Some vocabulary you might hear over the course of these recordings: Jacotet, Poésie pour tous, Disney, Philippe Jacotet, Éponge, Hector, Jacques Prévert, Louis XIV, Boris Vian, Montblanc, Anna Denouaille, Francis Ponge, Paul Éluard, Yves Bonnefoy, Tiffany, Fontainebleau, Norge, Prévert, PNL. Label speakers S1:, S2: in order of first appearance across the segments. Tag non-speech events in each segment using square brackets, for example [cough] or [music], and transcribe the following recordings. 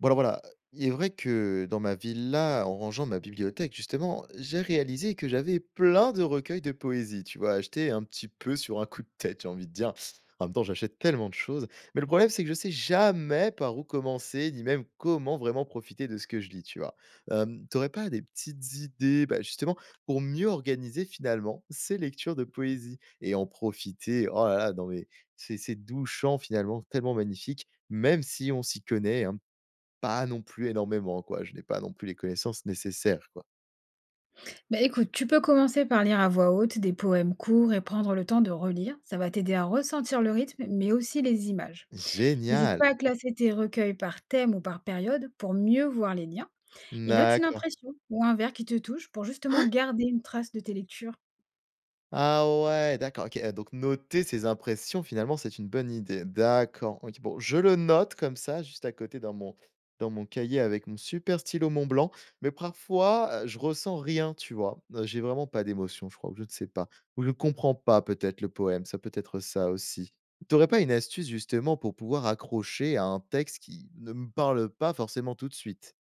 S1: Bon, alors voilà, il est vrai que dans ma villa, en rangeant ma bibliothèque, justement, j'ai réalisé que j'avais plein de recueils de poésie, tu vois, achetés un petit peu sur un coup de tête, j'ai envie de dire. En même temps, j'achète tellement de choses. Mais le problème, c'est que je sais jamais par où commencer, ni même comment vraiment profiter de ce que je lis, tu vois. T'aurais pas des petites idées, bah, justement, pour mieux organiser finalement ces lectures de poésie et en profiter, oh là là, dans mes, ces doux chants finalement tellement magnifiques, même si on s'y connaît un pas non plus énormément, quoi. Je n'ai pas non plus les connaissances nécessaires, quoi.
S2: Bah, écoute, tu peux commencer par lire à voix haute des poèmes courts et prendre le temps de relire. Ça va t'aider à ressentir le rythme, mais aussi les images. N'hésite
S1: Génial!
S2: pas à classer tes recueils par thème ou par période pour mieux voir les liens. Et note une
S1: D'accord.
S2: impression ou un vers qui te touche pour justement garder une trace de tes lectures.
S1: Ah ouais, d'accord, OK, donc noter ses impressions, finalement, c'est une bonne idée. D'accord, OK. Bon, je le note comme ça, juste à côté dans mon cahier avec mon super stylo Montblanc, mais parfois, je ressens rien, tu vois? J'ai vraiment pas d'émotion, je crois, ou je ne sais pas, ou je ne comprends pas peut-être le poème, ça peut être ça aussi. T'aurais pas une astuce justement pour pouvoir accrocher à un texte qui ne me parle pas forcément tout de suite?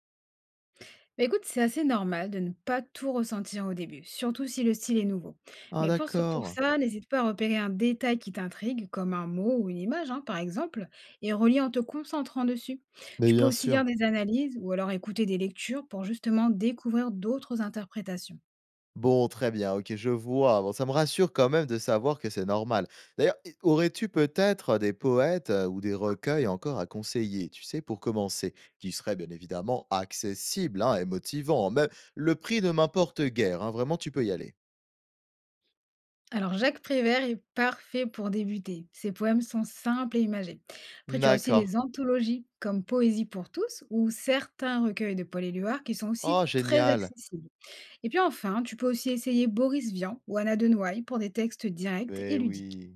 S2: Bah, écoute, c'est assez normal de ne pas tout ressentir au début, surtout si le style est nouveau.
S1: Ah
S2: Mais pour, pour
S1: d'accord,
S2: ça, n'hésite pas à repérer un détail qui t'intrigue, comme un mot ou une image, hein, par exemple, et relis en te concentrant dessus.
S1: mais
S2: Tu peux
S1: bien
S2: aussi
S1: sûr.
S2: lire des analyses ou alors écouter des lectures pour justement découvrir d'autres interprétations.
S1: Bon, très bien, OK, je vois. Bon, ça me rassure quand même de savoir que c'est normal. D'ailleurs, i aurais-tu peut-être des poètes, ou des recueils encore à conseiller, tu sais, pour commencer? Qui seraient bien évidemment accessibles, hein, et motivants. Même le prix ne m'importe guère, hein, vraiment tu peux y aller.
S2: Alors, Jacques Prévert est parfait pour débuter. Ses poèmes sont simples et imagés. Après, tu as aussi
S1: D'accord.
S2: les anthologies, comme Poésie pour tous ou certains recueils de Paul Éluard qui sont aussi
S1: Oh
S2: très
S1: génial!
S2: accessibles. Et puis enfin, tu peux aussi essayer Boris Vian ou Anna Denouaille pour des textes directs
S1: Mais
S2: et ludiques.
S1: oui.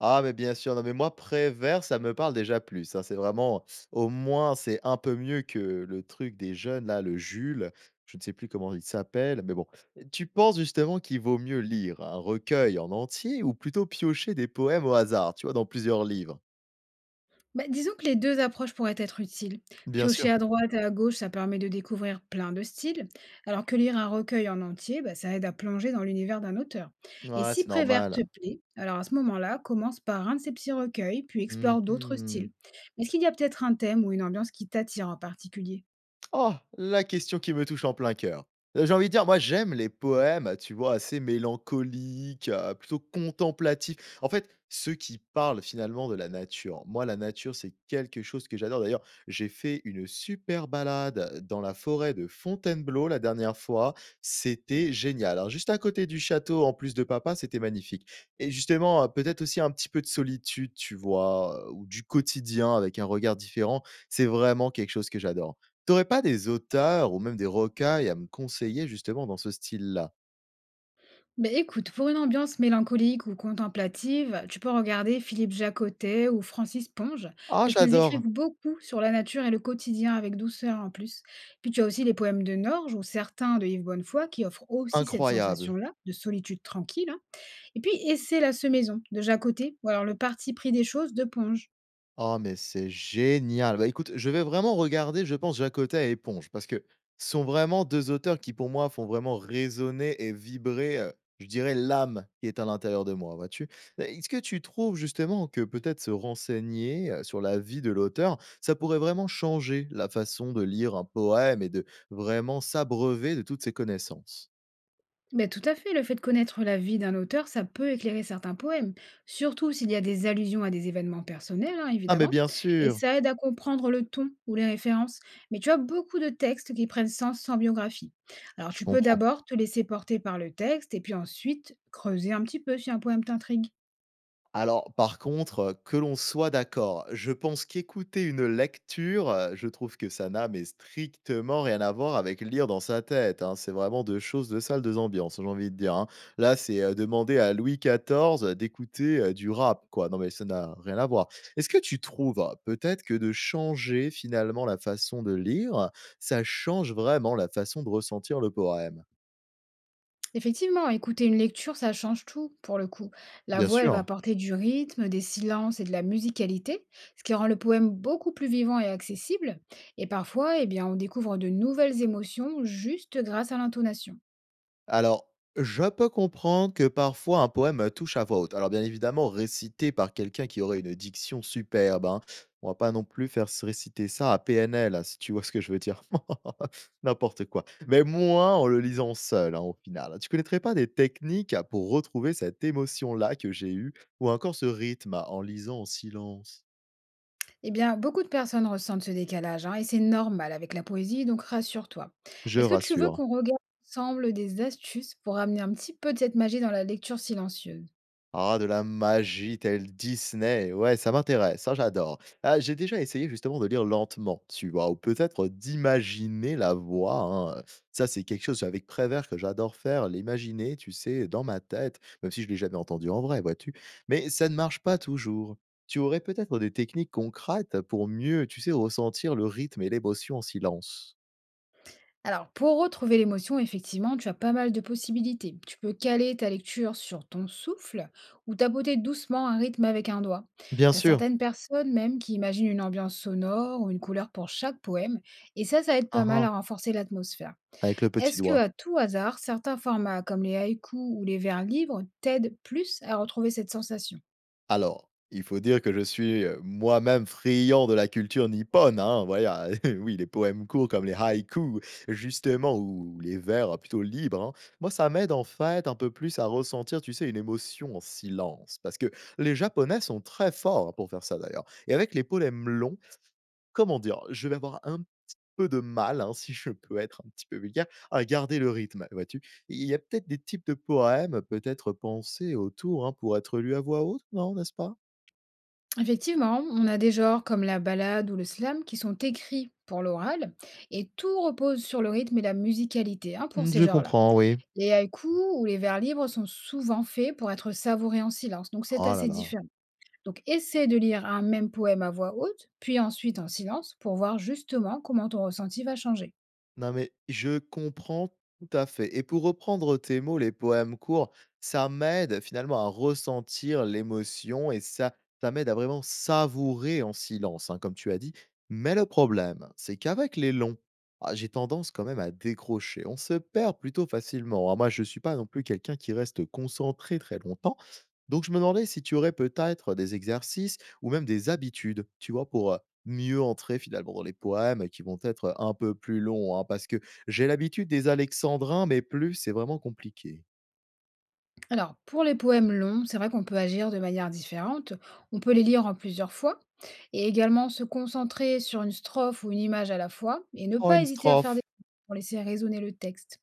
S1: Ah, mais bien sûr. Non, mais moi, Prévert, ça me parle déjà plus, hein. C'est vraiment au moins, c'est un peu mieux que le truc des jeunes là, le Jules, je ne sais plus comment il s'appelle, mais bon. Tu penses justement qu'il vaut mieux lire un recueil en entier ou plutôt piocher des poèmes au hasard, tu vois, dans plusieurs livres?
S2: Bah, disons que les deux approches pourraient être utiles.
S1: Bien
S2: Piocher
S1: sûr.
S2: à droite et à gauche, ça permet de découvrir plein de styles, alors que lire un recueil en entier, bah, ça aide à plonger dans l'univers d'un auteur. Et
S1: Ouais,
S2: si
S1: c'est
S2: Prévert te
S1: normal.
S2: plaît, alors à ce moment-là, commence par un de ces petits recueils, puis explore d'autres
S1: Mmh.
S2: styles. Est-ce qu'il y a peut-être un thème ou une ambiance qui t'attire en particulier?
S1: Oh, la question qui me touche en plein cœur. J'ai envie de dire, moi, j'aime les poèmes, tu vois, assez mélancoliques, plutôt contemplatifs. En fait, ceux qui parlent finalement de la nature. Moi, la nature, c'est quelque chose que j'adore. D'ailleurs, j'ai fait une super balade dans la forêt de Fontainebleau la dernière fois. C'était génial. Alors, juste à côté du château en plus de papa, c'était magnifique et justement, peut-être aussi un petit peu de solitude, tu vois, ou du quotidien avec un regard différent, c'est vraiment quelque chose que j'adore. T'aurais pas des auteurs ou même des rocailles à me conseiller justement dans ce style-là?
S2: Bah, écoute, pour une ambiance mélancolique ou contemplative, tu peux regarder Philippe Jacotet ou Francis Ponge,
S1: «Ah
S2: parce qu'ils
S1: j'adore!
S2: écrivent beaucoup sur la nature et le quotidien avec douceur en plus. Puis tu as aussi les poèmes de Norge ou certains de Yves Bonnefoy qui offrent aussi cette
S1: Incroyable!
S2: sensation-là de solitude tranquille, hein. Et puis Essai la semaison de Jacotet ou alors Le parti pris des choses de Ponge.
S1: Oh mais c'est génial!» Bah, écoute, je vais vraiment regarder, je pense, Jacotet et Éponge parce que ce sont vraiment 2 auteurs qui pour moi font vraiment résonner et vibrer, je dirais l'âme qui est à l'intérieur de moi, vois-tu? Bah, est-ce que tu trouves justement que peut-être se renseigner, sur la vie de l'auteur, ça pourrait vraiment changer la façon de lire un poème et de vraiment s'abreuver de toutes ces connaissances?
S2: Ben tout à fait, le fait de connaître la vie d'un auteur, ça peut éclairer certains poèmes, surtout s'il y a des allusions à des événements personnels, hein,
S1: Ah mais
S2: évidemment,
S1: bien
S2: et
S1: sûr,
S2: ça aide à comprendre le ton ou les références. Mais tu as beaucoup de textes qui prennent sens sans biographie. Alors
S1: je
S2: tu peux
S1: comprends.
S2: d'abord te laisser porter par le texte et puis ensuite creuser un petit peu si un poème t'intrigue.
S1: Alors par contre, que l'on soit d'accord, je pense qu'écouter une lecture, je trouve que ça n'a mais strictement rien à voir avec lire dans sa tête, hein. C'est vraiment 2 choses, 2 salles, 2 ambiances, j'ai envie de dire, hein. Là, c'est, demander à Louis XIV, d'écouter, du rap quoi. Non mais ça n'a rien à voir. Est-ce que tu trouves peut-être que de changer finalement la façon de lire, ça change vraiment la façon de ressentir le poème?
S2: Effectivement, écouter une lecture, ça change tout pour le coup. La
S1: Bien
S2: voix, elle va
S1: sûr.
S2: apporter du rythme, des silences et de la musicalité, ce qui rend le poème beaucoup plus vivant et accessible. Et parfois, eh bien, on découvre de nouvelles émotions juste grâce à l'intonation.
S1: Alors, je peux comprendre que parfois un poème touche à voix haute. Alors, bien évidemment, récité par quelqu'un qui aurait une diction superbe, hein. On va pas non plus faire se réciter ça à PNL, hein, si tu vois ce que je veux dire. [laughs] N'importe quoi. Mais moins en le lisant seul, hein, au final. Tu connaîtrais pas des techniques pour retrouver cette émotion-là que j'ai eue, ou encore ce rythme en lisant en silence.
S2: Eh bien, beaucoup de personnes ressentent ce décalage, hein, et c'est normal avec la poésie, donc rassure-toi.
S1: Je
S2: Est-ce que tu veux
S1: rassure.
S2: qu'on regarde ensemble des astuces pour amener un petit peu de cette magie dans la lecture silencieuse?
S1: Ah, de la magie telle Disney, ouais, ça m'intéresse, ça j'adore. Ah, j'ai déjà essayé justement de lire lentement, tu vois, ou peut-être d'imaginer la voix, hein, ça c'est quelque chose avec Prévert que j'adore faire, l'imaginer, tu sais, dans ma tête, même si je l'ai jamais entendu en vrai, vois-tu? Mais ça ne marche pas toujours. Tu aurais peut-être des techniques concrètes pour mieux, tu sais, ressentir le rythme et l'émotion en silence?
S2: Alors, pour retrouver l'émotion, effectivement, tu as pas mal de possibilités. Tu peux caler ta lecture sur ton souffle ou tapoter doucement un rythme avec un doigt.
S1: Bien
S2: Tu as
S1: sûr.
S2: certaines personnes même qui imaginent une ambiance sonore ou une couleur pour chaque poème, et ça aide
S1: Hein,
S2: pas mal
S1: hein,
S2: à renforcer l'atmosphère.
S1: avec le petit
S2: Est-ce que,
S1: doigt.
S2: à tout hasard, certains formats comme les haïkus ou les vers libres t'aident plus à retrouver cette sensation?
S1: Alors, il faut dire que je suis, moi-même friand de la culture nippone, hein, voilà. [laughs] Oui, les poèmes courts comme les haïkus, justement, ou les vers plutôt libres, hein. Moi, ça m'aide, en fait, un peu plus à ressentir, tu sais, une émotion en silence. Parce que les Japonais sont très forts pour faire ça, d'ailleurs. Et avec les poèmes longs, comment dire? Je vais avoir un peu de mal, hein, [laughs] si je peux être un petit peu vulgaire, à garder le rythme, vois-tu? Il y a peut-être des types de poèmes, peut-être pensés autour, hein, pour être lus à voix haute, non, n'est-ce pas?
S2: Effectivement, on a des genres comme la ballade ou le slam qui sont écrits pour l'oral et tout repose sur le rythme et la musicalité, hein, pour
S1: Mmh,
S2: ces
S1: je
S2: genres-là.
S1: comprends, oui.
S2: Les haïkus ou les vers libres sont souvent faits pour être savourés en silence, donc c'est
S1: Oh là
S2: assez
S1: là.
S2: différent. Donc essaie de lire un même poème à voix haute, puis ensuite en silence pour voir justement comment ton ressenti va changer.
S1: Non, mais je comprends tout à fait et pour reprendre tes mots, les poèmes courts, ça m'aide finalement à ressentir l'émotion et ça ça m'aide à vraiment savourer en silence, hein, comme tu as dit. Mais le problème, c'est qu'avec les longs, ah, j'ai tendance quand même à décrocher. On se perd plutôt facilement, hein. Moi, je ne suis pas non plus quelqu'un qui reste concentré très longtemps. Donc je me demandais si tu aurais peut-être des exercices ou même des habitudes, tu vois? Pour, mieux entrer finalement dans les poèmes qui vont être un peu plus longs, hein, parce que j'ai l'habitude des alexandrins, mais plus, c'est vraiment compliqué.
S2: Alors, pour les poèmes longs, c'est vrai qu'on peut agir de manière différente. On peut les lire en plusieurs fois et également se concentrer sur une strophe ou une image à la fois et ne
S1: En
S2: pas
S1: une
S2: hésiter à faire des
S1: strophe,
S2: pour laisser résonner le texte.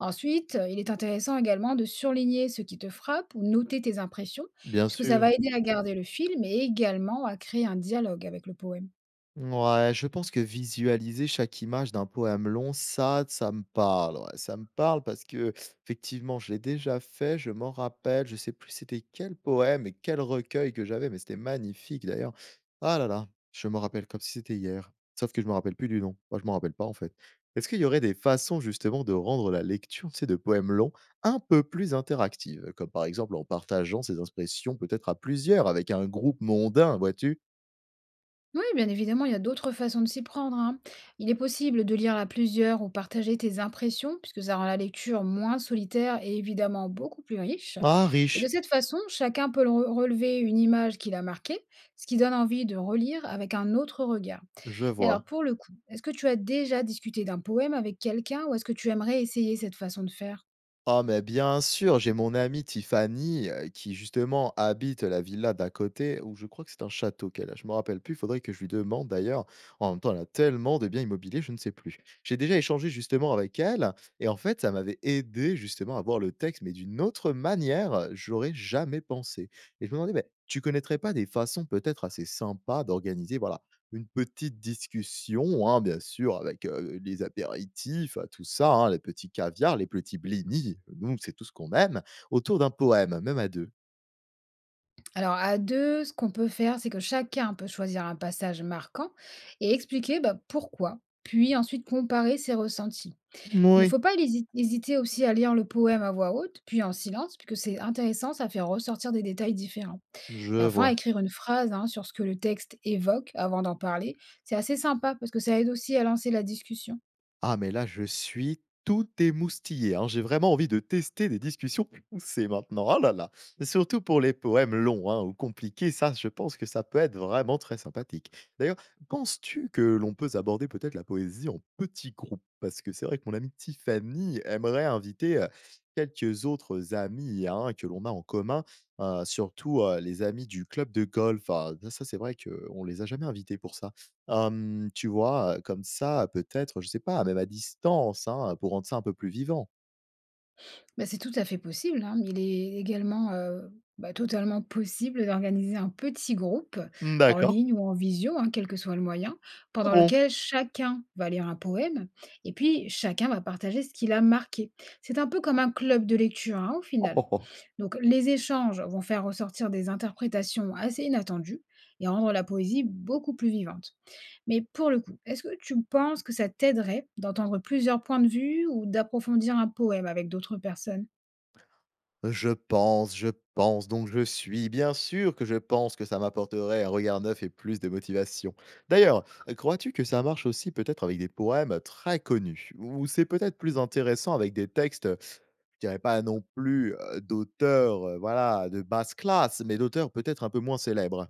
S2: Ensuite, il est intéressant également de surligner ce qui te frappe ou noter tes impressions,
S1: bien
S2: puisque ça
S1: sûr.
S2: va aider à garder le film et également à créer un dialogue avec le poème.
S1: Ouais, je pense que visualiser chaque image d'un poème long, ça me parle, ouais. Ça me parle parce que effectivement, je l'ai déjà fait, je m'en rappelle, je sais plus c'était quel poème et quel recueil que j'avais, mais c'était magnifique d'ailleurs. Ah là là, je me rappelle comme si c'était hier, sauf que je me rappelle plus du nom. Moi, je m'en rappelle pas, en fait. Est-ce qu'il y aurait des façons justement de rendre la lecture, tu sais, de poèmes longs un peu plus interactive? Comme par exemple en partageant ses impressions peut-être à plusieurs avec un groupe mondain, vois-tu?
S2: Oui, bien évidemment, il y a d'autres façons de s'y prendre, hein. Il est possible de lire à plusieurs ou partager tes impressions, puisque ça rend la lecture moins solitaire et évidemment beaucoup plus riche.
S1: Ah
S2: Et
S1: riche,
S2: de cette façon, chacun peut relever une image qu'il a marquée, ce qui donne envie de relire avec un autre regard.
S1: je
S2: Mais
S1: vois.
S2: alors, pour le coup, est-ce que tu as déjà discuté d'un poème avec quelqu'un ou est-ce que tu aimerais essayer cette façon de faire?
S1: Ah mais bien sûr, j'ai mon amie Tiffany, qui justement habite la villa d'à côté où je crois que c'est un château qu'elle a, je me rappelle plus, il faudrait que je lui demande d'ailleurs. En même temps, elle a tellement de biens immobiliers, je ne sais plus. J'ai déjà échangé justement avec elle et en fait, ça m'avait aidé justement à voir le texte, mais d'une autre manière, j'aurais jamais pensé et je me demandais, mais tu connaîtrais pas des façons peut-être assez sympas d'organiser, voilà, une petite discussion, hein, bien sûr, avec, les apéritifs, tout ça, hein, les petits caviars, les petits blinis, nous, c'est tout ce qu'on aime, autour d'un poème, même à deux.
S2: Alors, à deux, ce qu'on peut faire, c'est que chacun peut choisir un passage marquant et expliquer bah, pourquoi, puis ensuite comparer ses ressentis. Il ne
S1: Oui,
S2: faut pas hésiter aussi à lire le poème à voix haute, puis en silence, puisque c'est intéressant, ça fait ressortir des détails différents. Et
S1: je
S2: enfin,
S1: vois.
S2: écrire une phrase, hein, sur ce que le texte évoque avant d'en parler, c'est assez sympa parce que ça aide aussi à lancer la discussion.
S1: Ah mais là, je suis tout émoustillé, hein. J'ai vraiment envie de tester des discussions [laughs] poussées maintenant. Ah là là! Surtout pour les poèmes longs, hein, ou compliqués, ça, je pense que ça peut être vraiment très sympathique. D'ailleurs, penses-tu que l'on peut aborder peut-être la poésie en petits groupes? Parce que c'est vrai que mon amie Tiffany aimerait inviter, quelques autres amis, hein, que l'on a en commun, surtout, les amis du club de golf. Ah, ça, c'est vrai qu'on ne les a jamais invités pour ça. Tu vois? Comme ça, peut-être, je sais pas, même à distance, hein, pour rendre ça un peu plus vivant.
S2: Bah, c'est tout à fait possible, hein, mais il est également bah, totalement possible d'organiser un petit groupe
S1: Mmh,
S2: en
S1: d'accord.
S2: ligne ou en visio, hein, quel que soit le moyen,
S1: Ah
S2: pendant
S1: bon?
S2: lequel chacun va lire un poème et puis chacun va partager ce qu'il a marqué. C'est un peu comme un club de lecture, hein, au
S1: Oh,
S2: final.
S1: oh, oh.
S2: Donc les échanges vont faire ressortir des interprétations assez inattendues et rendre la poésie beaucoup plus vivante. Mais pour le coup, est-ce que tu penses que ça t'aiderait d'entendre plusieurs points de vue ou d'approfondir un poème avec d'autres personnes?
S1: Je pense, donc je suis. Bien sûr que je pense que ça m'apporterait un regard neuf et plus de motivation. D'ailleurs, crois-tu que ça marche aussi peut-être avec des poèmes très connus? Ou c'est peut-être plus intéressant avec des textes, je dirais pas non plus, d'auteurs, voilà, de basse classe, mais d'auteurs peut-être un peu moins célèbres?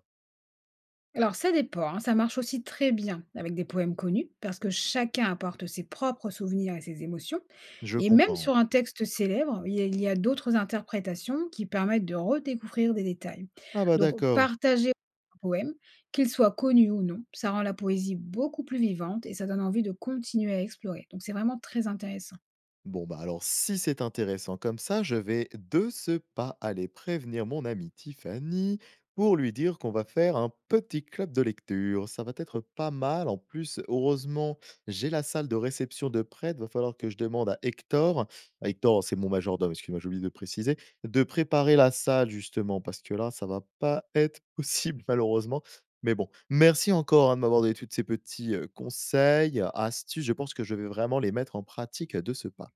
S2: Alors ça dépend, hein, ça marche aussi très bien avec des poèmes connus, parce que chacun apporte ses propres souvenirs et ses émotions.
S1: Je
S2: Et même
S1: comprends.
S2: sur un texte célèbre, il y a d'autres interprétations qui permettent de redécouvrir des détails.
S1: Ah bah,
S2: Donc
S1: d'accord.
S2: partager un poème, qu'il soit connu ou non, ça rend la poésie beaucoup plus vivante et ça donne envie de continuer à explorer. Donc c'est vraiment très intéressant.
S1: Bon, bah alors si c'est intéressant comme ça, je vais de ce pas aller prévenir mon amie Tiffany pour lui dire qu'on va faire un petit club de lecture. Ça va être pas mal. En plus, heureusement, j'ai la salle de réception de prête. Va falloir que je demande à Hector, c'est mon majordome, excuse-moi, j'ai oublié de préciser, de préparer la salle justement, parce que là, ça va pas être [laughs] possible malheureusement. Mais bon, merci encore hein, de m'avoir donné tous ces petits conseils, astuces. Je pense que je vais vraiment les mettre en pratique de ce pas.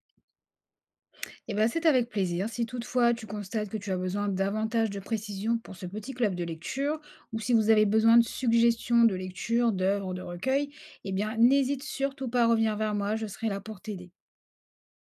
S2: Eh bien, c'est avec plaisir. Si toutefois tu constates que tu as besoin davantage de précision pour ce petit club de lecture, ou si vous avez besoin de suggestions de lecture, d'œuvres, de recueils, eh bien n'hésite surtout pas à revenir vers moi, je serai là pour t'aider.